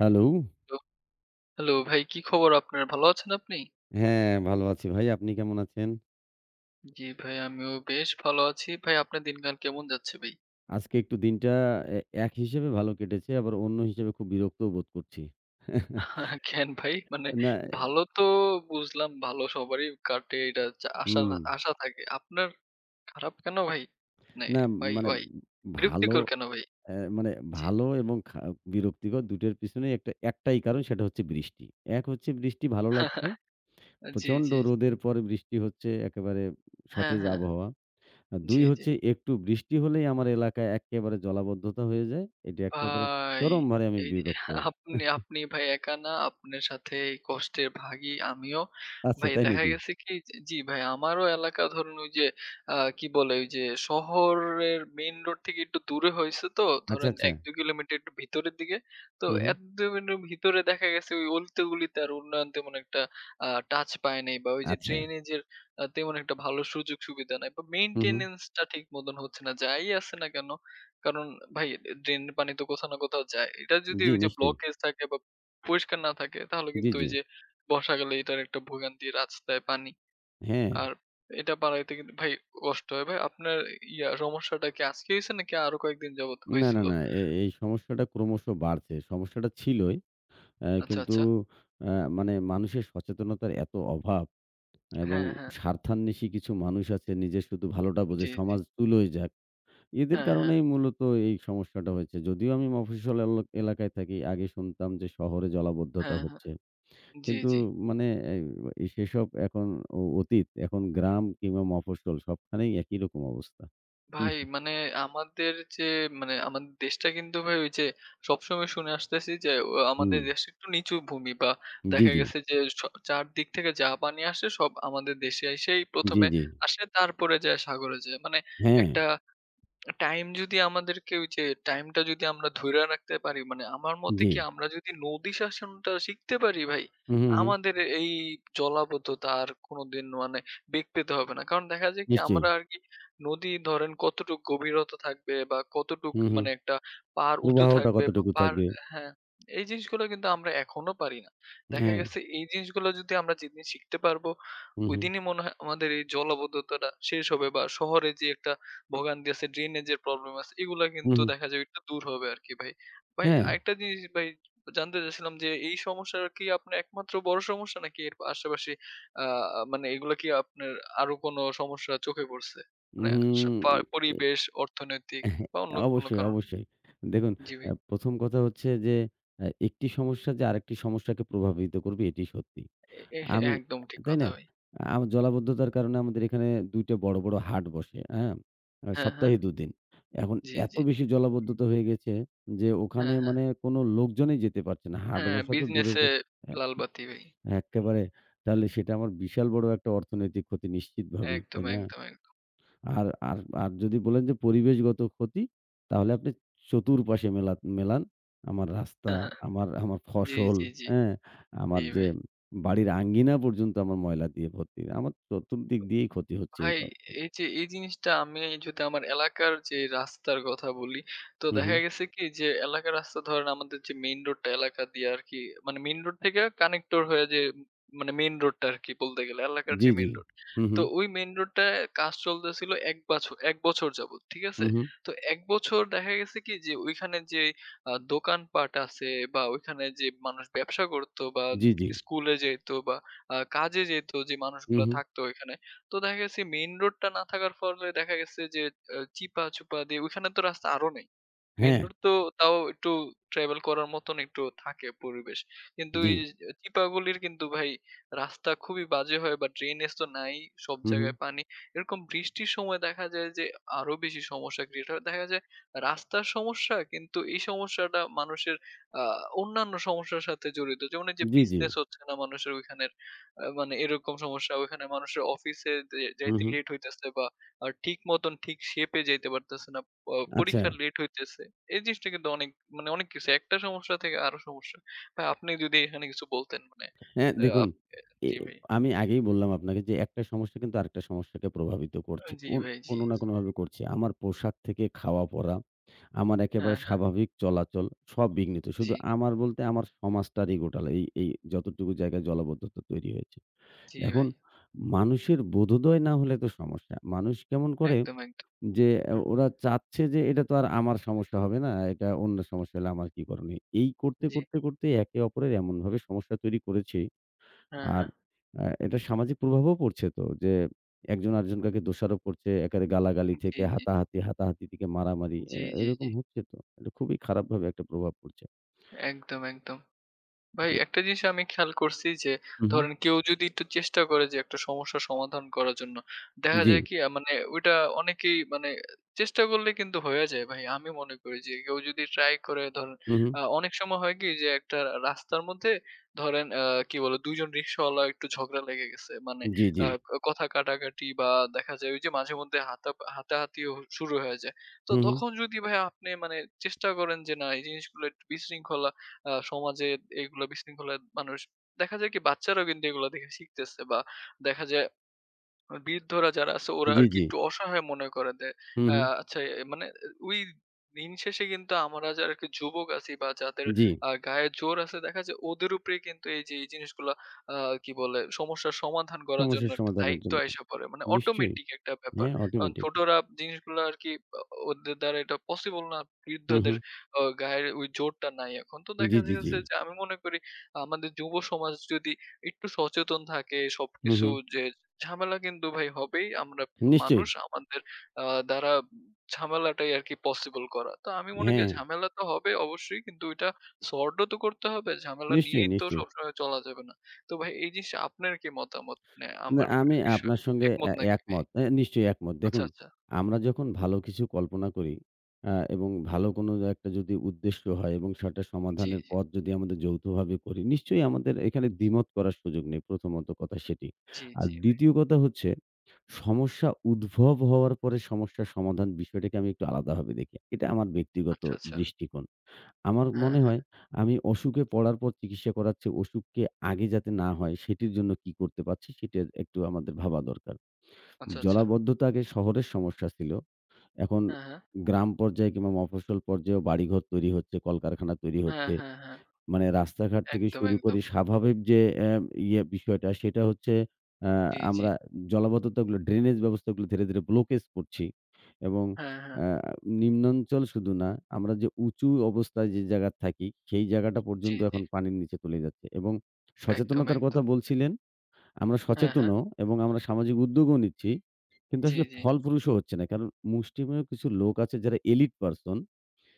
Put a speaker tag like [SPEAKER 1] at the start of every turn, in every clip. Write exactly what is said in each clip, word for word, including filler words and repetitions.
[SPEAKER 1] Hello.
[SPEAKER 2] Hello, hello ভাই কি খবর আপনার? ভালো আছেন আপনি?
[SPEAKER 1] হ্যাঁ, ভালো আছি ভাই। আপনি কেমন আছেন?
[SPEAKER 2] জি ভাই আমিও বেশ ভালো আছি। ভাই আপনার দিনকাল কেমন যাচ্ছে ভাই?
[SPEAKER 1] আজকে একটু দিনটা এ এক হিসেবে ভালো কেটেছে, আবার অন্য হিসেবে খুব বিরক্তও বোধ করছি।
[SPEAKER 2] কেন ভাই? মানে
[SPEAKER 1] না।
[SPEAKER 2] ভালো তো বুঝলাম ভালো সবারই কাটে এটা চা আশা
[SPEAKER 1] হুম,
[SPEAKER 2] আশা থাকে। আপনার খারাপ কেন ভাই? মানে
[SPEAKER 1] না
[SPEAKER 2] ওয়াই,
[SPEAKER 1] মানে
[SPEAKER 2] ওয়াই
[SPEAKER 1] ভালো
[SPEAKER 2] বিরক্তিকর কেন ভাই?
[SPEAKER 1] অ্যা মানে
[SPEAKER 2] জি।
[SPEAKER 1] ভালো এবং খা বিরক্তিকর দুটোর পিছনেই একটা একটাই কারণ সেটা হচ্ছে বৃষ্টি। এক হচ্ছে বৃষ্টি ভালো লাগছে।
[SPEAKER 2] জি,
[SPEAKER 1] প্রচণ্ড
[SPEAKER 2] জি, জি।
[SPEAKER 1] রোদের পরে বৃষ্টি হচ্ছে একেবারে
[SPEAKER 2] হ্যাঁ,
[SPEAKER 1] সতেজ
[SPEAKER 2] হ্যাঁ।
[SPEAKER 1] আবহাওয়া। আর দুই
[SPEAKER 2] জি, জি।
[SPEAKER 1] হচ্ছে একটু বৃষ্টি হলেই আমার এলাকায় এক্কেবারে জলাবদ্ধতা হয়ে যায়। এটা একেবারে
[SPEAKER 2] ভাই,
[SPEAKER 1] চরমভাবে আমি
[SPEAKER 2] এই যে
[SPEAKER 1] বিরক্ত।
[SPEAKER 2] আপনি আপনি ভাই একা না। আপনার সাথে এই কষ্টের ভাগী আমিও।
[SPEAKER 1] আচ্ছা,
[SPEAKER 2] ভাই
[SPEAKER 1] তাই
[SPEAKER 2] দেখা
[SPEAKER 1] নাকি?
[SPEAKER 2] গেছে কি যে জি ভাই, আমারও এলাকা ধরুন ওই যে আ কি বলে? ওই যে শহরের মেইন রোড থেকে একটু দূরে হইছে তো
[SPEAKER 1] আচ্ছা,
[SPEAKER 2] ধরেন
[SPEAKER 1] আচ্ছা।
[SPEAKER 2] এক দুই কিলোমিটার একটু ভিতরের দিকে। তো
[SPEAKER 1] হু, হু।
[SPEAKER 2] এক দুই মিটার ভিতরে দেখা গেছে ওই অলিতে-গলিতে আর উন্নয়ন তেমন একটা আ টাচ পায় নাই বা ওই যে
[SPEAKER 1] আচ্ছা।
[SPEAKER 2] ড্রেনেজের আ তেমন একটা ভালো সুযোগ সুবিধা নাই বা
[SPEAKER 1] হু, হু।
[SPEAKER 2] মেইনটেন্যান্স টা ঠিক মতন হচ্ছে না। যাই আছে না কেন কারণ ভাই ড্রেনের পানি তো কোথাও না কোথাও যায়। এটা যদি
[SPEAKER 1] জি,
[SPEAKER 2] ওই যে
[SPEAKER 1] নিশ্চয়ই।
[SPEAKER 2] ব্লকেজ থাকে বা পরিষ্কার না থাকে তাহলে
[SPEAKER 1] জি,
[SPEAKER 2] কিন্তু
[SPEAKER 1] জি।
[SPEAKER 2] ওই যে বর্ষাকালে এটার একটা ভোগান্তি রাস্তায় পানি।
[SPEAKER 1] হ্যাঁ।
[SPEAKER 2] আর এটা বাড়াইতে কিন্তু ভাই কষ্ট হয়। ভাই আপনার ইয়া সমস্যাটা কি আজকে হইছে নাকি আরো কয়েকদিন যাবত
[SPEAKER 1] না, না,
[SPEAKER 2] হইছিল?
[SPEAKER 1] না। এ এই সমস্যাটা ক্রমশ বাড়ছে। সমস্যাটা ছিলই। অ্যা
[SPEAKER 2] আচ্ছা,
[SPEAKER 1] কিন্তু
[SPEAKER 2] আচ্ছা।
[SPEAKER 1] অ্যা মানে মানুষের সচেতনতার এত অভাব এবং
[SPEAKER 2] হ্যাঁ, হ্যাঁ।
[SPEAKER 1] স্বার্থান্বেষী কিছু মানুষ আছে নিজের শুধু ভালোটা বোঝে,
[SPEAKER 2] জি, জি।
[SPEAKER 1] সমাজ তুলোই যাক। এদের
[SPEAKER 2] হ্যাঁ, হ্যাঁ।
[SPEAKER 1] কারণেই মূলত এই সমস্যাটা হয়েছে। যদিও আমি মফস্বল এল এলাকায় থাকি। আগে শুনতাম যে শহরে জলাবদ্ধতা
[SPEAKER 2] হ্যাঁ, হ্যাঁ।
[SPEAKER 1] হচ্ছে।
[SPEAKER 2] জি,
[SPEAKER 1] কিন্তু
[SPEAKER 2] জি।
[SPEAKER 1] মানে এই সেসব এখন অ অতীত। এখন গ্রাম কিংবা মফস্বল সবখানেই একই রকম অবস্থা। হুম,
[SPEAKER 2] ভাই মানে আমাদের যে মানে আমাদের দেশটা কিন্তু ভাই ওই যে সবসময় শুনে আসতেছি যে ও
[SPEAKER 1] হুম।
[SPEAKER 2] আমাদের দেশে একটু নিচু ভূমি বা
[SPEAKER 1] জি,
[SPEAKER 2] দেখা
[SPEAKER 1] জি।
[SPEAKER 2] গেছে যে স চারদিক থেকে যা পানি আসে সব আমাদের দেশে এসেই ১ম
[SPEAKER 1] জি,
[SPEAKER 2] এ
[SPEAKER 1] জি।
[SPEAKER 2] আসে তারপরে যায় সাগরে যায়। মানে
[SPEAKER 1] হ্যাঁ,
[SPEAKER 2] একটা টাইম যদি আমাদেরকে ওই যে টাইমটা যদি আমরা ধইরা রাখতে পারি মানে আমার মতে
[SPEAKER 1] জি।
[SPEAKER 2] কি আমরা যদি নদী শাসনটা শিখতে পারি ভাই,
[SPEAKER 1] হুম, হুম, হুম।
[SPEAKER 2] আমাদের এই জলাবদ্ধতা আর কোনদিন মানে বেগ পেতে হবে না। কারণ দেখা যায় কি
[SPEAKER 1] নিশ্চয়ই।
[SPEAKER 2] আমরা আর কি নদী ধরেন কতটুক গভীরতা থাকবে বা কতটুক
[SPEAKER 1] হুম, হুম।
[SPEAKER 2] মানে একটা পাড় উঁচু
[SPEAKER 1] প্রবাহটা
[SPEAKER 2] থাকবে বা
[SPEAKER 1] কতটুকু
[SPEAKER 2] পাড়
[SPEAKER 1] থাকবে?
[SPEAKER 2] হ্যাঁ, এই জিনিসগুলো কিন্তু আমরা এখনো পারি না। দেখা
[SPEAKER 1] হ্যাঁ।
[SPEAKER 2] গেছে এই জিনিসগুলো যদি আমরা যেদিন শিখতে পারবো,
[SPEAKER 1] হুম, হুম।
[SPEAKER 2] ওইদিনই মনে হয় আমাদের এই জলাবদ্ধতাটা শেষ হবে বা শহরে যে একটা ভোগান্তি আছে, ড্রেনেজের প্রবলেম আছে। এগুলা
[SPEAKER 1] হুম,
[SPEAKER 2] কিন্তু
[SPEAKER 1] হুম।
[SPEAKER 2] দেখা যায় একটু দূর হবে আরকি ভাই। ভাই
[SPEAKER 1] হ্যাঁ।
[SPEAKER 2] আরেকটা জিনিস ভাই জানতে চাচ্ছিলাম যে এই সমস্যা কি আপনার একমাত্র বড় সমস্যা নাকি এর আশেপাশে আ মানে এগুলা কি আপনার আরো কোনো সমস্যা চোখে পড়ছে? মানে সা
[SPEAKER 1] উম
[SPEAKER 2] পা পরিবেশ, অর্থনৈতিক বা অন্য কোনো
[SPEAKER 1] অবশ্যই,
[SPEAKER 2] কারণ?
[SPEAKER 1] অবশ্যই। দেখুন,
[SPEAKER 2] জি ভাই।
[SPEAKER 1] অ্যা প্রথম কথা হচ্ছে যে অ্যা একটি সমস্যা যে আরেকটি সমস্যাকে প্রভাবিত করবে এটি সত্যি।
[SPEAKER 2] এ এ-
[SPEAKER 1] আমি
[SPEAKER 2] একদম ঠিক
[SPEAKER 1] তাই
[SPEAKER 2] কথা
[SPEAKER 1] না?
[SPEAKER 2] ভাই।
[SPEAKER 1] আম জলাবদ্ধতার কারণে আমাদের এখানে দুই টা বড়, বড় হাট বসে, হ্যাঁ? আ
[SPEAKER 2] হ্যাঁ, হ্যাঁ।
[SPEAKER 1] সপ্তাহে দুই দিন। এখন
[SPEAKER 2] জি,
[SPEAKER 1] এত
[SPEAKER 2] জি।
[SPEAKER 1] বেশি জলাবদ্ধতা হয়ে গেছে যে ওখানে
[SPEAKER 2] হ্যাঁ, হ্যাঁ।
[SPEAKER 1] মানে কোনো লোকজনই যেতে পারছে না। হাট
[SPEAKER 2] হ্যাঁ,
[SPEAKER 1] বসা তো দূরের
[SPEAKER 2] বিজনেসে
[SPEAKER 1] কথা। এ
[SPEAKER 2] লাল বাতি ভাই।
[SPEAKER 1] এক্কেবারে তাহলে সেটা আমার বিশাল বড় একটা অর্থনৈতিক ক্ষতি
[SPEAKER 2] একদম,
[SPEAKER 1] নিশ্চিতভাবেই,
[SPEAKER 2] একদম,
[SPEAKER 1] তাই না?
[SPEAKER 2] একদম।
[SPEAKER 1] আর আর আর যদি বলেন যে পরিবেশগত ক্ষতি, তাহলে আপনি চতুর্পাশে মেলা মেলান। আমার রাস্তা, আমার আমার
[SPEAKER 2] জি,
[SPEAKER 1] ফসল,
[SPEAKER 2] জি, জি।
[SPEAKER 1] হ্যাঁ?
[SPEAKER 2] জি
[SPEAKER 1] আমার যে
[SPEAKER 2] ভাই।
[SPEAKER 1] বাড়ির আঙ্গিনা পর্যন্ত আমার ময়লা দিয়ে ভর্তি। আমার চতুর্দিক দিয়েই ক্ষতি হচ্ছে এই।
[SPEAKER 2] ভাই এই যে এই জিনিসটা আমি যদি আমার এলাকার যে রাস্তার কথা বলি, তো
[SPEAKER 1] হু, হু।
[SPEAKER 2] দেখা গেছে কি যে এলাকার রাস্তা ধরেন আমাদের যে মেইন রোডটা এলাকা দিয়ে আরকি মানে মেইন রোড থেকে কানেক্টর হয়ে যে মানে মেইন রোডটা আরকি বলতে গেলে এলাকার যে
[SPEAKER 1] জি, জি।
[SPEAKER 2] Main road.
[SPEAKER 1] হু, হু,
[SPEAKER 2] তো ওই মেইন রোডটায় কাজ চলতেছিল এক বাছর এক বছর যাবৎ। ঠিক
[SPEAKER 1] হু,
[SPEAKER 2] আছে?
[SPEAKER 1] হু।
[SPEAKER 2] তো এক বছর দেখা গেছে কি যে ওইখানে যে আ দোকানপাট আছে বা ওইখানে যে মানুষ ব্যবসা করতো বা
[SPEAKER 1] জি, জি।
[SPEAKER 2] স্কুলে যেত বা আ কাজে যেত যে
[SPEAKER 1] হু,
[SPEAKER 2] মানুষগুলা
[SPEAKER 1] হু।
[SPEAKER 2] থাকতো ওইখানে তো দেখা গেছে মেইন রোডটা না থাকার ফলে দেখা গেছে যে আ চিপা-চুপা দিয়ে ওইখানে তো রাস্তা আরো নেই। মেইন
[SPEAKER 1] হ্যাঁ,
[SPEAKER 2] রোড তো তাও একটু ট্রাভেল করার মতন একটু থাকে পরিবেশ। কিন্তু
[SPEAKER 1] জি।
[SPEAKER 2] এই চিপাগুলির কিন্তু ভাই রাস্তা খুবই বাজে হয় বা ড্রেনেজ তো নাই সব
[SPEAKER 1] হু, হু।
[SPEAKER 2] জায়গায় পানি। এরকম বৃষ্টির সময় দেখা যায় যে আরো বেশি সমস্যা ক্রিয়েট হয়। দেখা যায় রাস্তার সমস্যা কিন্তু এই সমস্যাটা মানুষের আ অন্যান্য সমস্যার সাথে জড়িত। যেমন এই যে
[SPEAKER 1] জি, জি।
[SPEAKER 2] বিজনেস হচ্ছে না মানুষের ওইখানের। আ মানে এরকম সমস্যা ওখানে মানুষের অফিসে যে
[SPEAKER 1] হু,
[SPEAKER 2] যাইতে
[SPEAKER 1] হু।
[SPEAKER 2] লেট হইতেছে বা আ ঠিক মতন ঠিক শেপে যাইতে পারতেছে না। প
[SPEAKER 1] আচ্ছা।
[SPEAKER 2] পরীক্ষা লেট হইতেছে। এই জিনিসটা কিন্তু অনেক মানে অনেক কিছু একটা সমস্যা থেকে আরো সমস্যা। ভাই আপনি যদি এখানে কিছু বলতেন মানে
[SPEAKER 1] হ্যাঁ,
[SPEAKER 2] আ
[SPEAKER 1] দেখুন,
[SPEAKER 2] আপ এ
[SPEAKER 1] এ
[SPEAKER 2] জি ভাই।
[SPEAKER 1] আমি আগেই বললাম আপনাকে যে একটা সমস্যা কিন্তু আরেকটা সমস্যাকে প্রভাবিত করছে।
[SPEAKER 2] জি
[SPEAKER 1] কোন
[SPEAKER 2] ভাই, জি,
[SPEAKER 1] কোন না
[SPEAKER 2] জি।
[SPEAKER 1] কোনভাবে করছে। আমার পোশাক থেকে খাওয়া-পরা, আমার
[SPEAKER 2] হ্যাঁ,
[SPEAKER 1] একেবারে
[SPEAKER 2] হ্যাঁ।
[SPEAKER 1] স্বাভাবিক চলাচল সব বিঘ্নিত।
[SPEAKER 2] জি,
[SPEAKER 1] শুধু আমার বলতে আমার সমাজটারই গোটাল এই এই যতটুকু জায়গায় জলাবদ্ধতা তৈরি হয়েছে।
[SPEAKER 2] জি
[SPEAKER 1] এখন
[SPEAKER 2] ভাই।
[SPEAKER 1] মানুষের বোধোদয় না হলে তো সমস্যা। মানুষ কেমন করে
[SPEAKER 2] একদম, একদম।
[SPEAKER 1] যে এ
[SPEAKER 2] হুম,
[SPEAKER 1] ওরা চাচ্ছে যে এটা তো আর আমার সমস্যা হবে না। এটা অন্যের সমস্যা হলে আমার কি করণীয়? এই করতে,
[SPEAKER 2] জি।
[SPEAKER 1] করতে, করতে একে অপরের এমনভাবে সমস্যা তৈরি করেছে।
[SPEAKER 2] হ্যাঁ,
[SPEAKER 1] আর
[SPEAKER 2] হ্যাঁ।
[SPEAKER 1] আ এটা সামাজিক প্রভাবও পড়ছে তো যে একজন আরেকজনকে দোষারোপ করছে, একেবারে গালাগালি
[SPEAKER 2] জি,
[SPEAKER 1] থেকে
[SPEAKER 2] জি।
[SPEAKER 1] হাতাহাতি, হাতাহাতি থেকে মারামারি এ
[SPEAKER 2] জি, জি, জি।
[SPEAKER 1] এরকম হচ্ছে তো। এটা খুবই খারাপভাবে একটা প্রভাব পড়ছে।
[SPEAKER 2] একদম, একদম। ভাই
[SPEAKER 1] এ
[SPEAKER 2] একটা জিনিস আমি খেয়াল করছি যে
[SPEAKER 1] হুম, হুম।
[SPEAKER 2] ধরেন কেউ যদি একটু চেষ্টা করে যে একটা সমস্যার সমাধান করার জন্য দেখা
[SPEAKER 1] জি।
[SPEAKER 2] যায় কি আ মানে ওইটা অনেকেই মানে চেষ্টা করলে কিন্তু হয়ে যায় ভাই। আমি মনে করি যে কেউ যদি ট্রাই করে ধরেন
[SPEAKER 1] হুম, হুম।
[SPEAKER 2] আ অনেক সময় হয় কি যে একটা রাস্তার মধ্যে ধরেন আ কি বলে দুই জন রিক্শাওয়ালা একটু ঝগড়া লেগে গেছে। মানে
[SPEAKER 1] জি,
[SPEAKER 2] আ
[SPEAKER 1] জি।
[SPEAKER 2] হুম। কথা কাটাকাটি বা দেখা যায় ওই যে মাঝে মধ্যে হাতা হাতাহাতিও শুরু হয়ে যায়। তো
[SPEAKER 1] হুম, হুম।
[SPEAKER 2] তখন যদি ভাই আপনি মানে চেষ্টা করেন যে না এই জিনিসগুলো একটু বিশৃঙ্খলা আ সমাজে এগুলা বিশৃঙ্খলা মানুষ দেখা যায় কি বাচ্চারাও কিন্তু এগুলা দেখে শিখতেছে বা দেখা যায় মানে বৃদ্ধরা যারা আছে ওরা
[SPEAKER 1] জি,
[SPEAKER 2] আরকি
[SPEAKER 1] জি।
[SPEAKER 2] একটু অসহায় মনে করে দেয়।
[SPEAKER 1] হুম,
[SPEAKER 2] আ
[SPEAKER 1] হুম।
[SPEAKER 2] আচ্ছা এ মানে ওই দিন শেষে কিন্তু আমরা যারা আরকি যুবক আছি বা যাদের
[SPEAKER 1] জি।
[SPEAKER 2] আ গায়ে জোর আছে দেখা যায় ওদের উপরেই কিন্তু এই যে এই জিনিসগুলা আ কি বলে সমস্যার সমাধান করার জন্য
[SPEAKER 1] সমস্যার
[SPEAKER 2] একটা
[SPEAKER 1] সমাধানের
[SPEAKER 2] দায়িত্ব
[SPEAKER 1] জন্য।
[SPEAKER 2] আইসা পড়ে। মানে
[SPEAKER 1] নিশ্চয়ই।
[SPEAKER 2] অটোমেটিক একটা ব্যাপার।
[SPEAKER 1] হ্যাঁ,
[SPEAKER 2] কারণ
[SPEAKER 1] অটোমেটিক।
[SPEAKER 2] ছোটরা জিনিসগুলো আরকি আ ওদের দ্বারা এটা পসিবল না।
[SPEAKER 1] হুম,
[SPEAKER 2] বৃদ্ধদের
[SPEAKER 1] হুম।
[SPEAKER 2] আ গায়ের ওই জোরটা নাই এখন। তো দেখা
[SPEAKER 1] জি, জি, জি।
[SPEAKER 2] গেছে যে আমি মনে করি আমাদের যুব সমাজ যদি একটু সচেতন থাকে
[SPEAKER 1] হুম,
[SPEAKER 2] সবকিছু
[SPEAKER 1] হুম।
[SPEAKER 2] যে ঝামেলা কিন্তু ভাই হবেই। আমরা
[SPEAKER 1] নিশ্চয়ই।
[SPEAKER 2] মানুষ আমাদের আ দ্বারা ঝামেলাটাই আরকি পসিবল করা। তো আমি মনে করি
[SPEAKER 1] হ্যাঁ,
[SPEAKER 2] ঝামেলা তো হবে অবশ্যই কিন্তু ওইটা সর্ট ও তো করতে হবে। ঝামেলা
[SPEAKER 1] নিশ্চয়ই,
[SPEAKER 2] নিয়েই তো
[SPEAKER 1] নিশ্চয়ই।
[SPEAKER 2] সবসময় চলা যাবে না। তো ভাই এই জিনিসে আপনার কি মতামত? মানে
[SPEAKER 1] না,
[SPEAKER 2] আমার
[SPEAKER 1] আমি
[SPEAKER 2] বিষয়ে
[SPEAKER 1] আপনার সঙ্গে
[SPEAKER 2] একমত
[SPEAKER 1] এ
[SPEAKER 2] নাকি ভাই?
[SPEAKER 1] একমত। এ নিশ্চয়ই একমত।
[SPEAKER 2] আচ্ছা,
[SPEAKER 1] দেখুন,
[SPEAKER 2] আচ্ছা।
[SPEAKER 1] আমরা যখন ভালো কিছু কল্পনা করি আ এবং ভালো কোনো একটা যদি উদ্দেশ্য হয় এবং সেটা
[SPEAKER 2] জি,
[SPEAKER 1] সমাধানের
[SPEAKER 2] জি।
[SPEAKER 1] পথ যদি আমাদের যৌথভাবে করি, নিশ্চয়ই আমাদের এখানে দ্বিমত করার সুযোগ নেই। প্রথমত কথা সেটি।
[SPEAKER 2] জি,
[SPEAKER 1] আর
[SPEAKER 2] জি ভাই।
[SPEAKER 1] দ্বিতীয় কথা হচ্ছে সমস্যা উদ্ভব হওয়ার পরে সমস্যার সমাধান বিষয়টাকে আমি একটু আলাদাভাবে দেখি। এটা আমার ব্যক্তিগত
[SPEAKER 2] আচ্ছা, আচ্ছা।
[SPEAKER 1] দৃষ্টিকোণ। আমার
[SPEAKER 2] হ্যাঁ,
[SPEAKER 1] মনে
[SPEAKER 2] হ্যাঁ।
[SPEAKER 1] হয় আমি অসুখে পড়ার পর চিকিৎসা করাচ্ছি, অসুখকে আগে যাতে না হয় সেটির জন্য কি করতে পারছি সেটা একটু আমাদের ভাবা দরকার।
[SPEAKER 2] আচ্ছা, আচ্ছা।
[SPEAKER 1] জলাবদ্ধতা আগে শহরের সমস্যা ছিল। এখন
[SPEAKER 2] হ্যাঁ, হ্যাঁ।
[SPEAKER 1] গ্রাম পর্যায়ে কিংবা মফস্বল পর্যায়েও বাড়িঘর তৈরি হচ্ছে, কলকারখানা তৈরি
[SPEAKER 2] হ্যাঁ,
[SPEAKER 1] হচ্ছে।
[SPEAKER 2] হ্যাঁ, হ্যাঁ।
[SPEAKER 1] মানে রাস্তাঘাট থেকে
[SPEAKER 2] একদম,
[SPEAKER 1] শুরু
[SPEAKER 2] একদম।
[SPEAKER 1] করে স্বাভাবিক যে অ্যা ইয়ে বিষয়টা সেটা হচ্ছে আ
[SPEAKER 2] জি, জি।
[SPEAKER 1] আমরা জলাবদ্ধতাগুলো ড্রেনেজ ব্যবস্থাগুলো ধীরে, ধীরে ব্লকেজ করছি এবং
[SPEAKER 2] হ্যাঁ, হ্যাঁ।
[SPEAKER 1] আ নিম্নাঞ্চল শুধু না, আমরা যে উঁচু অবস্থায় যে জায়গায় থাকি সেই জায়গাটা
[SPEAKER 2] জি,
[SPEAKER 1] পর্যন্ত
[SPEAKER 2] জি।
[SPEAKER 1] এখন পানির নিচে চলে যাচ্ছে এবং
[SPEAKER 2] একদম,
[SPEAKER 1] সচেতনতার কথা
[SPEAKER 2] একদম।
[SPEAKER 1] বলছিলেন, আমরা
[SPEAKER 2] হ্যাঁ, হ্যাঁ।
[SPEAKER 1] সচেতনও এবং আমরা সামাজিক উদ্যোগও নিচ্ছি। কিন্তু
[SPEAKER 2] জি,
[SPEAKER 1] আসলে
[SPEAKER 2] জি।
[SPEAKER 1] ফলপ্রসূ হচ্ছে না। কারণ মুষ্টিমেয় কিছু লোক আছে যারা এলিট পারসন,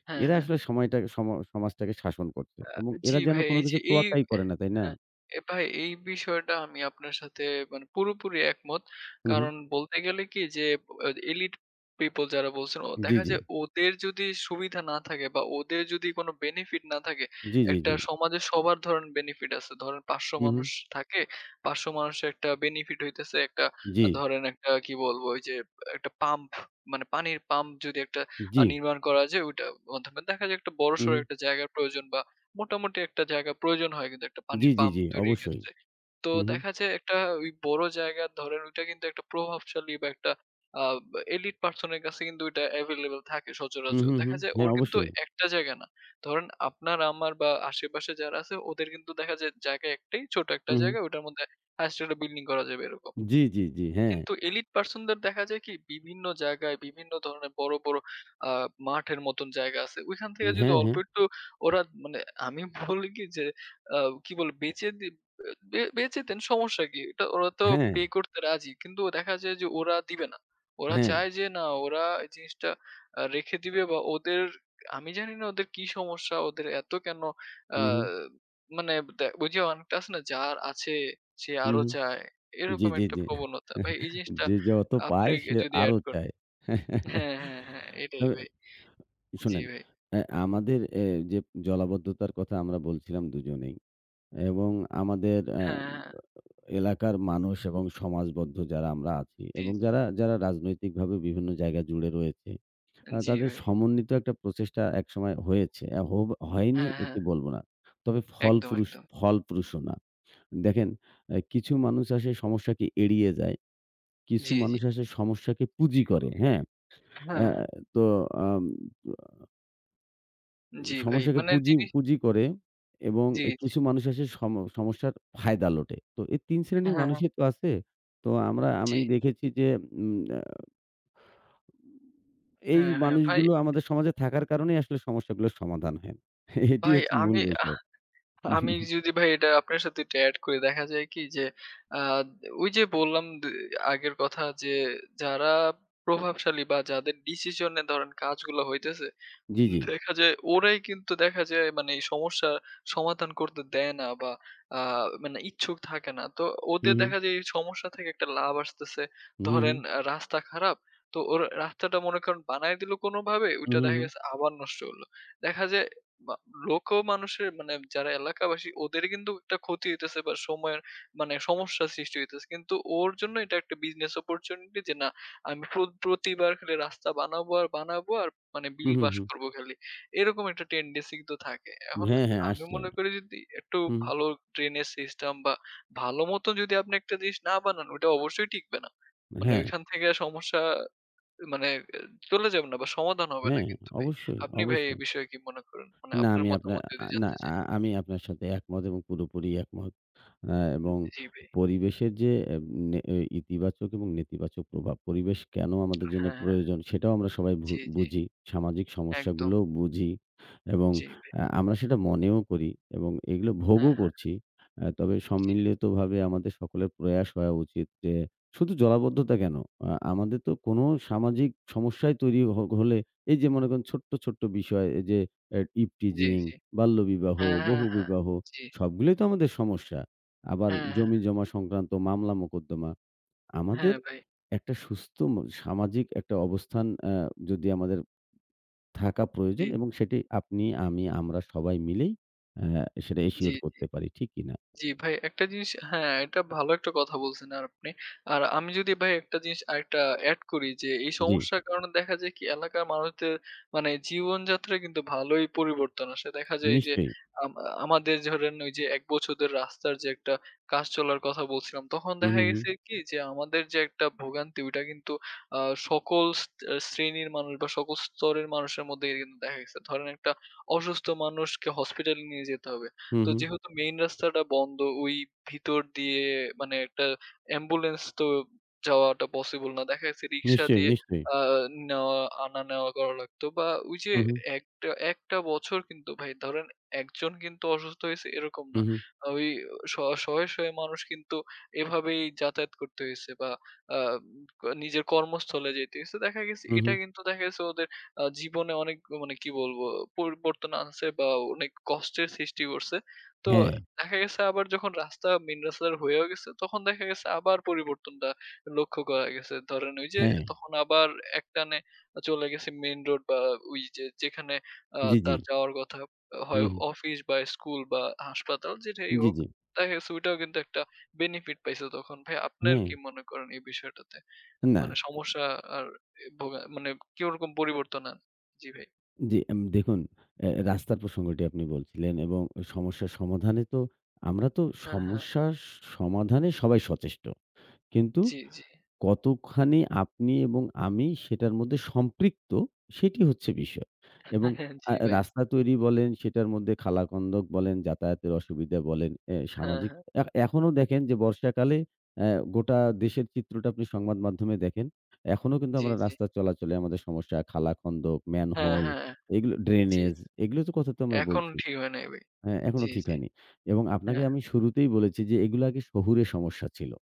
[SPEAKER 2] হ্যাঁ,
[SPEAKER 1] এরা
[SPEAKER 2] হ্যাঁ।
[SPEAKER 1] আসলে সময়টা সমা সমাজটাকে শাসন করছে
[SPEAKER 2] আ
[SPEAKER 1] এবং
[SPEAKER 2] জি
[SPEAKER 1] এরা যেন
[SPEAKER 2] ভাই,
[SPEAKER 1] কোন
[SPEAKER 2] এই যে
[SPEAKER 1] কিছু
[SPEAKER 2] এই
[SPEAKER 1] তোয়াক্কাই করে না, তাই না?
[SPEAKER 2] হ্যাঁ, এ ভাই এই বিষয়টা আমি আপনার সাথে মানে পুরোপুরি একমত।
[SPEAKER 1] হু, হু।
[SPEAKER 2] কারণ বলতে গেলে কি যে আ elite people যারা বলছেন ও
[SPEAKER 1] জি,
[SPEAKER 2] দেখা
[SPEAKER 1] জি।
[SPEAKER 2] যায় ওদের যদি সুবিধা না থাকে বা ওদের যদি কোনো benefit না থাকে,
[SPEAKER 1] জি, জি,
[SPEAKER 2] একটা
[SPEAKER 1] জি।
[SPEAKER 2] সমাজে সবার ধরেন benefit আছে। ধরেন পাঁচশো
[SPEAKER 1] হু, হু।
[SPEAKER 2] মানুষ থাকে, পাঁচশো মানুষের একটা benefit হইতেছে একটা আ
[SPEAKER 1] জি,
[SPEAKER 2] ধরেন একটা কি বলবো ওই যে একটা পাম্প মানে পানির পাম্প যদি একটা আ
[SPEAKER 1] জি।
[SPEAKER 2] নির্মাণ করা যায় ওইটার মাধ্যমে দেখা যায় একটা
[SPEAKER 1] হু,
[SPEAKER 2] বড়সড়
[SPEAKER 1] হু।
[SPEAKER 2] একটা জায়গার প্রয়োজন বা মোটামুটি একটা জায়গা প্রয়োজন হয় কিন্তু একটা
[SPEAKER 1] জি,
[SPEAKER 2] পানির
[SPEAKER 1] জি,
[SPEAKER 2] পাম্প
[SPEAKER 1] জি।
[SPEAKER 2] তৈরির
[SPEAKER 1] অবশ্যই।
[SPEAKER 2] ক্ষেত্রে। তো
[SPEAKER 1] হু, হু।
[SPEAKER 2] দেখা যায় একটা ওই বড় জায়গা ধরেন ওইটা কিন্তু একটা প্রভাবশালী বা একটা আ এলিট পারসন এর কাছে কিন্তু ওইটা এভেইলেবল থাকে
[SPEAKER 1] হু,
[SPEAKER 2] সচরাচর।
[SPEAKER 1] হু, হু।
[SPEAKER 2] দেখা যায়
[SPEAKER 1] হ্যাঁ,
[SPEAKER 2] ওর কিন্তু
[SPEAKER 1] অবশ্যই।
[SPEAKER 2] একটা জায়গা না। ধরেন আপনার আমার বা আশেপাশে যারা আছে ওদের কিন্তু দেখা যায় জায়গা একটাই, ছোট একটা
[SPEAKER 1] হু, হু।
[SPEAKER 2] জায়গা ওটার মধ্যে হাইয়েস্ট একটা বিল্ডিং করা যাবে এরকম।
[SPEAKER 1] জি, জি, জি। হ্যাঁ।
[SPEAKER 2] কিন্তু এলিট পারসনদের দেখা যায় কি বিভিন্ন জায়গায় বিভিন্ন ধরনের বড়, বড় আ মাঠের মতন জায়গা আছে। ওইখান থেকে যদি
[SPEAKER 1] হ্যাঁ,
[SPEAKER 2] অল্প
[SPEAKER 1] হ্যাঁ।
[SPEAKER 2] একটু ওরা মানে আমি বলি কি যে আ কি বলে বেচে দি বে বেচে দেন সমস্যা কি? এটা ওরা তো
[SPEAKER 1] হ্যাঁ,
[SPEAKER 2] পে করতে রাজি। কিন্তু দেখা যায় যে ওরা দিবে না। ওরা
[SPEAKER 1] হ্যাঁ।
[SPEAKER 2] চায় যে না ওরা এই জিনিসটা আ রেখে দিবে বা ওদের আমি জানি না ওদের কি সমস্যা? ওদের এত কেন আ
[SPEAKER 1] হু, হু।
[SPEAKER 2] মানে দে ওই যে অনেকটা আছে না? যার আছে সে
[SPEAKER 1] হু,
[SPEAKER 2] আরো
[SPEAKER 1] হু।
[SPEAKER 2] চায়।
[SPEAKER 1] জি,
[SPEAKER 2] এরকম
[SPEAKER 1] জি,
[SPEAKER 2] একটা
[SPEAKER 1] জি।
[SPEAKER 2] প্রবণতা। ভাই এই জিনিসটা
[SPEAKER 1] যে যত
[SPEAKER 2] আপনি
[SPEAKER 1] পায় সে
[SPEAKER 2] যদি এড
[SPEAKER 1] আরো
[SPEAKER 2] কর
[SPEAKER 1] চায়।
[SPEAKER 2] হ্যাঁ, হ্যাঁ, হ্যাঁ, এটাই
[SPEAKER 1] তবে
[SPEAKER 2] ভাই। জি
[SPEAKER 1] শোনেন,
[SPEAKER 2] ভাই।
[SPEAKER 1] অ্যা আমাদের অ্যা যে জলাবদ্ধতার কথা আমরা বলছিলাম দুজনেই। এবং আমাদের আ
[SPEAKER 2] হ্যাঁ, হ্যাঁ।
[SPEAKER 1] এলাকার মানুষ এবং সমাজবদ্ধ যারা আমরা আছি
[SPEAKER 2] জি,
[SPEAKER 1] এবং
[SPEAKER 2] জি।
[SPEAKER 1] যারা, যারা রাজনৈতিকভাবে বিভিন্ন জায়গায় জুড়ে রয়েছে, আ
[SPEAKER 2] জি
[SPEAKER 1] তাদের
[SPEAKER 2] ভাই।
[SPEAKER 1] সমন্বিত একটা প্রচেষ্টা একসময় হয়েছে। আ হোব হয়নি
[SPEAKER 2] হ্যাঁ, হ্যাঁ।
[SPEAKER 1] এটি বলব না। তবে
[SPEAKER 2] একদম,
[SPEAKER 1] ফলপ্রুস
[SPEAKER 2] একদম।
[SPEAKER 1] ফলপ্রসূ না। দেখেন, অ্যা কিছু মানুষ আসে সমস্যাকে এড়িয়ে যায়। কিছু
[SPEAKER 2] জি, জি।
[SPEAKER 1] মানুষ আসে সমস্যাকে পুঁজি করে, হ্যাঁ?
[SPEAKER 2] হ্যাঁ,
[SPEAKER 1] অ্যা
[SPEAKER 2] হ্যাঁ।
[SPEAKER 1] তো আম
[SPEAKER 2] জি ভাই।
[SPEAKER 1] সমস্যাকে
[SPEAKER 2] মানে
[SPEAKER 1] পুঁজি,
[SPEAKER 2] জিনিস
[SPEAKER 1] পুঁজি করে এবং
[SPEAKER 2] জি,
[SPEAKER 1] এ
[SPEAKER 2] জি।
[SPEAKER 1] কিছু মানুষ আসে সম সমস্যার ফায়দা লোটে। তো এই তিন
[SPEAKER 2] হ্যাঁ,
[SPEAKER 1] শ্রেণীর
[SPEAKER 2] হ্যাঁ।
[SPEAKER 1] মানুষই তো আছে। তো আমরা
[SPEAKER 2] জি।
[SPEAKER 1] আমি দেখেছি যে উম আ এই
[SPEAKER 2] হ্যাঁ, হ্যাঁ। ভাই,
[SPEAKER 1] মানুষগুলো আমাদের সমাজে থাকার কারণেই আসলে সমস্যাগুলোর সমাধান হয় না। এটি
[SPEAKER 2] ভাই
[SPEAKER 1] হচ্ছে মূল
[SPEAKER 2] আমি আহ
[SPEAKER 1] বিষয়।
[SPEAKER 2] আমি যদি ভাই এটা আপনার সাথে এটা এড করি দেখা যায় কি যে আ ওই যে বললাম দে আগের কথা যে যারা প্রভাবশালী বা যাদের ডিসিশন এ ধরেন কাজগুলো হইতেছে
[SPEAKER 1] জি, জি।
[SPEAKER 2] দেখা যায় ওরাই কিন্তু দেখা যায় মানে এই সমস্যা সমাধান করতে দেয় না বা আ মানে ইচ্ছুক থাকে না। তো
[SPEAKER 1] হু,
[SPEAKER 2] ওদের
[SPEAKER 1] হু।
[SPEAKER 2] দেখা যায় এই সমস্যা থেকে একটা লাভ আসতেছে।
[SPEAKER 1] হু, হু।
[SPEAKER 2] ধরেন আ রাস্তা খারাপ। তো ওর রাস্তাটা মনে করেন বানায় দিল কোনোভাবে
[SPEAKER 1] হু,
[SPEAKER 2] ওইটা
[SPEAKER 1] হু,
[SPEAKER 2] দেখা
[SPEAKER 1] হু।
[SPEAKER 2] গেছে আবার নষ্ট হলো। দেখা যায় বা লোকও মানুষের মানে যারা এলাকাবাসী ওদের কিন্তু একটা ক্ষতি হইতেছে বা সময়ের মানে সমস্যা সৃষ্টি হইতেছে। কিন্তু ওর জন্য এটা একটা বিজনেস অপরচুনিটি যে না আমি প্র প্রতিবার খালি রাস্তা বানাবো আর বানাবো আর মানে
[SPEAKER 1] হু,
[SPEAKER 2] বিল
[SPEAKER 1] হু,
[SPEAKER 2] পাস
[SPEAKER 1] হু।
[SPEAKER 2] করব খালি। এরকম একটা টেন্ডেন্সি কিন্তু থাকে। এখন
[SPEAKER 1] হ্যাঁ, হ্যাঁ
[SPEAKER 2] আমি
[SPEAKER 1] আসছে।
[SPEAKER 2] মনে করি যদি একটু
[SPEAKER 1] হুম।
[SPEAKER 2] ভালো ড্রেনের সিস্টেম বা ভালো মতো যদি আপনি একটা জিনিস না বানান ওইটা অবশ্যই টিকবে না। মানে
[SPEAKER 1] হ্যাঁ,
[SPEAKER 2] ওইখান থেকে সমস্যা মানে আহ, চলে যাবে না বা সমাধান হবে না
[SPEAKER 1] হ্যাঁ।
[SPEAKER 2] কিন্তু ভাই।
[SPEAKER 1] অবশ্যই,
[SPEAKER 2] আপনি ভাই এই
[SPEAKER 1] অবশ্যই।
[SPEAKER 2] বিষয়ে কি মনে করেন? মানে
[SPEAKER 1] না
[SPEAKER 2] আপনার
[SPEAKER 1] আমি আপনার
[SPEAKER 2] মতামত যদি
[SPEAKER 1] আ না
[SPEAKER 2] জানতে
[SPEAKER 1] আ
[SPEAKER 2] চাই?
[SPEAKER 1] আমি আপনার সাথে একমত এবং পুরোপুরি একমত। আ এবং
[SPEAKER 2] জি ভাই।
[SPEAKER 1] পরিবেশের যে এব নে এ ইতিবাচক এবং নেতিবাচক প্রভাব, পরিবেশ কেন আমাদের জন্য
[SPEAKER 2] হ্যাঁ, হ্যাঁ।
[SPEAKER 1] প্রয়োজন সেটাও আমরা সবাই ভু
[SPEAKER 2] জি, জি।
[SPEAKER 1] বুঝি। সামাজিক
[SPEAKER 2] একদম।
[SPEAKER 1] সমস্যাগুলোও বুঝি এবং
[SPEAKER 2] জি ভাই।
[SPEAKER 1] আ আমরা সেটা মনেও করি এবং এগুলো
[SPEAKER 2] হ্যাঁ,
[SPEAKER 1] ভোগও
[SPEAKER 2] হ্যাঁ।
[SPEAKER 1] করছি। আ তবে
[SPEAKER 2] জি,
[SPEAKER 1] সম্মিলিতভাবে আমাদের সকলের প্রয়াস হওয়া উচিত যে শুধু জলাবদ্ধতা কেন? আ আমাদের তো কোনো সামাজিক সমস্যাই তৈরি হ হলে এই যে মনে করেন ছোট্ট, ছোট্ট বিষয় এই যে এ
[SPEAKER 2] জি,
[SPEAKER 1] ইভটিজিং,
[SPEAKER 2] জি।
[SPEAKER 1] বাল্যবিবাহ,
[SPEAKER 2] হ্যাঁ, হ্যাঁ, হ্যাঁ।
[SPEAKER 1] বহুবিবাহ
[SPEAKER 2] জি।
[SPEAKER 1] সবগুলোই তো আমাদের সমস্যা। আবার
[SPEAKER 2] হ্যাঁ, হ্যাঁ।
[SPEAKER 1] জমিজমা সংক্রান্ত মামলা মোকদ্দমা। আমাদের
[SPEAKER 2] হ্যাঁ ভাই।
[SPEAKER 1] একটা সুস্থ ম সামাজিক একটা অবস্থান আ যদি আমাদের থাকা
[SPEAKER 2] জি,
[SPEAKER 1] প্রয়োজন এবং সেটি আপনি, আমি, আমরা সবাই মিলেই আ সেটা
[SPEAKER 2] জি।
[SPEAKER 1] এশিওর করতে পারি। ঠিক কিনা?
[SPEAKER 2] জি ভাই একটা জিনিস হ্যাঁ, এটা ভালো একটা কথা বলছেন আর আপনি। আর আমি যদি ভাই একটা জিনিস আরেকটা এড করি যে এই
[SPEAKER 1] জি,
[SPEAKER 2] সমস্যার কারণে দেখা যায় কি এলাকার মানুষদের মানে জীবনযাত্রায় কিন্তু ভালোই পরিবর্তন আসে। দেখা যায় যে
[SPEAKER 1] নিশ্চয়ই।
[SPEAKER 2] আম আমাদের ধরেন ওই যে এক বছরের রাস্তার যে একটা কাজ চলার কথা বলছিলাম, তখন
[SPEAKER 1] হু,
[SPEAKER 2] দেখা
[SPEAKER 1] হু, হু।
[SPEAKER 2] গেছে কি যে আমাদের যে একটা ভোগান্তি ওইটা কিন্তু আ সকল স শ্রেণীর মানুষ বা সকল স্তরের মানুষের মধ্যে কিন্তু দেখা গেছে। ধরেন একটা অসুস্থ মানুষকে হসপিটালে নিয়ে যেতে হবে।
[SPEAKER 1] হু,
[SPEAKER 2] তো
[SPEAKER 1] হু।
[SPEAKER 2] যেহেতু মেইন রাস্তাটা বন্ধ, ওই ভিতর দিয়ে মানে একটা অ্যাম্বুলেন্স তো যাওয়াটা পসিবল না। দেখা গেছে রিক্সা
[SPEAKER 1] নিশ্চয়ই,
[SPEAKER 2] দিয়ে
[SPEAKER 1] নিশ্চয়ই।
[SPEAKER 2] আ নেওয়া আনা-নেওয়া করা লাগতো বা ওই যে
[SPEAKER 1] হু, হু,
[SPEAKER 2] একটা, একটা বছর কিন্তু ভাই ধরেন একজন কিন্তু অসুস্থ হইছে এরকম
[SPEAKER 1] হু,
[SPEAKER 2] না।
[SPEAKER 1] হু,
[SPEAKER 2] ওই শ শয়ে, শয়ে মানুষ কিন্তু এভাবেই যাতায়াত করতে হইছে বা আ নিজের কর্মস্থলে যেতে হইছে। দেখা গেছে
[SPEAKER 1] হু, হু।
[SPEAKER 2] এটা কিন্তু দেখা গেছে ওদের আ জীবনে অনেক মানে কি বলবো পরিবর্তন আনছে বা অনেক কষ্টের সৃষ্টি করছে। তো
[SPEAKER 1] হ্যাঁ,
[SPEAKER 2] দেখা গেছে আবার যখন রাস্তা মেইন রাস্তার হয়েও গেছে, তখন দেখা গেছে আবার পরিবর্তনটা লক্ষ্য করা গেছে। ধরেন ওই যে
[SPEAKER 1] হ্যাঁ।
[SPEAKER 2] তখন আবার একটানে চলে গেছে মেইন রোড বা ওই যে যেখানে আ
[SPEAKER 1] জি, জি।
[SPEAKER 2] তার যাওয়ার কথা
[SPEAKER 1] হু,
[SPEAKER 2] হয়
[SPEAKER 1] হু।
[SPEAKER 2] অফিস বা স্কুল বা হাসপাতাল যেটাই
[SPEAKER 1] জি,
[SPEAKER 2] হোক,
[SPEAKER 1] জি।
[SPEAKER 2] দেখা গেছে ওইটাও কিন্তু একটা বেনিফিট পাইছে তখন। ভাই আপনার
[SPEAKER 1] হ্যাঁ।
[SPEAKER 2] কি মনে করেন এই বিষয়টাতে?
[SPEAKER 1] না।
[SPEAKER 2] মানে সমস্যা আর এ ভোগা মানে কিরকম পরিবর্তন আন জি ভাই।
[SPEAKER 1] জি, এম দেখুন, অ্যা রাস্তার প্রসঙ্গটি আপনি বলছিলেন এবং সমস্যার সমাধানে তো আমরা তো
[SPEAKER 2] হ্যাঁ, হ্যাঁ।
[SPEAKER 1] সমস্যার সমাধানে সবাই সচেষ্ট। কিন্তু
[SPEAKER 2] জি, জি।
[SPEAKER 1] কতখানি আপনি এবং আমি সেটার মধ্যে সম্পৃক্ত, সেটি হচ্ছে বিষয়। এবং
[SPEAKER 2] হ্যাঁ, হ্যাঁ।
[SPEAKER 1] আ
[SPEAKER 2] জি ভাই।
[SPEAKER 1] রাস্তা তৈরি বলেন, সেটার মধ্যে খালা-খন্দক বলেন, যাতায়াতের অসুবিধা বলেন, অ্যা
[SPEAKER 2] হ্যাঁ,
[SPEAKER 1] সামাজিক
[SPEAKER 2] হ্যাঁ।
[SPEAKER 1] এ এখনো দেখেন যে বর্ষাকালে অ্যা গোটা দেশের চিত্রটা আপনি সংবাদ মাধ্যমে দেখেন। এখনো কিন্তু
[SPEAKER 2] জি,
[SPEAKER 1] আমরা
[SPEAKER 2] জি।
[SPEAKER 1] রাস্তা চলাচলে আমাদের সমস্যা, খালা-খন্দক,
[SPEAKER 2] হ্যাঁ,
[SPEAKER 1] ম্যানহোল,
[SPEAKER 2] হ্যাঁ।
[SPEAKER 1] এগুলো
[SPEAKER 2] জি,
[SPEAKER 1] ড্রেনেজ, এগুলো তো কথা তো আমরা
[SPEAKER 2] এখন
[SPEAKER 1] বলছি।
[SPEAKER 2] ঠিক হয় নাই ভাই।
[SPEAKER 1] হ্যাঁ, এখনো
[SPEAKER 2] জি,
[SPEAKER 1] ঠিক
[SPEAKER 2] জি।
[SPEAKER 1] হয়নি। এবং আপনাকে
[SPEAKER 2] হ্যাঁ,
[SPEAKER 1] আমি শুরুতেই বলেছি যে এগুলো আগে শহুরে সমস্যা ছিল।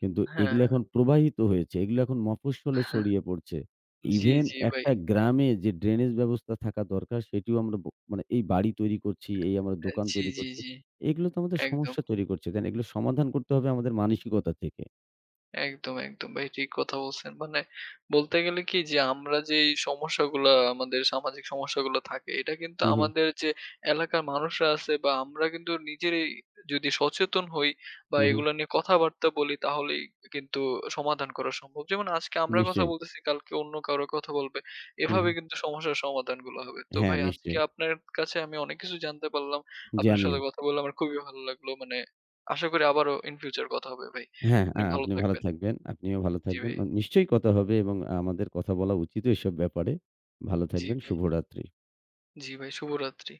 [SPEAKER 1] কিন্তু এগুলো
[SPEAKER 2] হ্যাঁ,
[SPEAKER 1] এখন প্রবাহিত হয়েছে। এগুলো এখন মফস্বলে
[SPEAKER 2] হ্যাঁ।
[SPEAKER 1] ছড়িয়ে পড়ছে।
[SPEAKER 2] জি,
[SPEAKER 1] ইভেন
[SPEAKER 2] জি ভাই।
[SPEAKER 1] একটা গ্রামে যে ড্রেনেজ ব্যবস্থা থাকা দরকার সেটিও আমরা ব মানে এই বাড়ি তৈরি করছি, এই আমরা
[SPEAKER 2] আ
[SPEAKER 1] দোকান
[SPEAKER 2] জি,
[SPEAKER 1] তৈরি
[SPEAKER 2] জি,
[SPEAKER 1] করছি।
[SPEAKER 2] জি।
[SPEAKER 1] এগুলো তো আমাদের
[SPEAKER 2] একদম।
[SPEAKER 1] সমস্যা তৈরি করছে। তাই না? এগুলো সমাধান করতে হবে আমাদের মানসিকতা থেকে।
[SPEAKER 2] একদম, একদম ভাই ঠিক কথা বলছেন। মানে বলতে গেলে কি যে আমরা যে এই সমস্যাগুলা আমাদের সামাজিক সমস্যাগুলো থাকে এটা কিন্তু
[SPEAKER 1] হু, হু,
[SPEAKER 2] আমাদের যে এলাকার মানুষরা আছে বা আমরা কিন্তু নিজেরাই যদি সচেতন হই বা
[SPEAKER 1] হু, হু।
[SPEAKER 2] এগুলা নিয়ে কথাবার্তা বলি তাহলেই কিন্তু সমাধান করা সম্ভব। যেমন আজকে আমরা কথা
[SPEAKER 1] নিশ্চয়ই।
[SPEAKER 2] বলতেছি কালকে অন্য কারো কথা বলবে।
[SPEAKER 1] হু, হু।
[SPEAKER 2] এভাবে কিন্তু সমস্যার সমাধানগুলো হবে। তো
[SPEAKER 1] হ্যাঁ,
[SPEAKER 2] ভাই আজকে
[SPEAKER 1] নিশ্চয়ই।
[SPEAKER 2] আপনার কাছে আমি অনেক কিছু জানতে পারলাম।
[SPEAKER 1] জি,
[SPEAKER 2] আপনার সাথে
[SPEAKER 1] আমিও।
[SPEAKER 2] কথা বলে আমার খুবই ভালো লাগলো। মানে আশা করি আবারও in future কথা হবে ভাই।
[SPEAKER 1] হ্যাঁ,
[SPEAKER 2] আপনি
[SPEAKER 1] আ
[SPEAKER 2] ভালো
[SPEAKER 1] আপনি ভালো
[SPEAKER 2] থাকবেন।
[SPEAKER 1] থাকবেন। আপনিও ভালো
[SPEAKER 2] জি
[SPEAKER 1] থাকবেন।
[SPEAKER 2] ভাই,
[SPEAKER 1] আ নিশ্চয়ই কথা হবে এবং আমাদের কথা বলা উচিতও এসব ব্যাপারে। ভালো
[SPEAKER 2] জি
[SPEAKER 1] থাকবেন।
[SPEAKER 2] ভাই,
[SPEAKER 1] শুভরাত্রি।
[SPEAKER 2] জি ভাই শুভরাত্রি।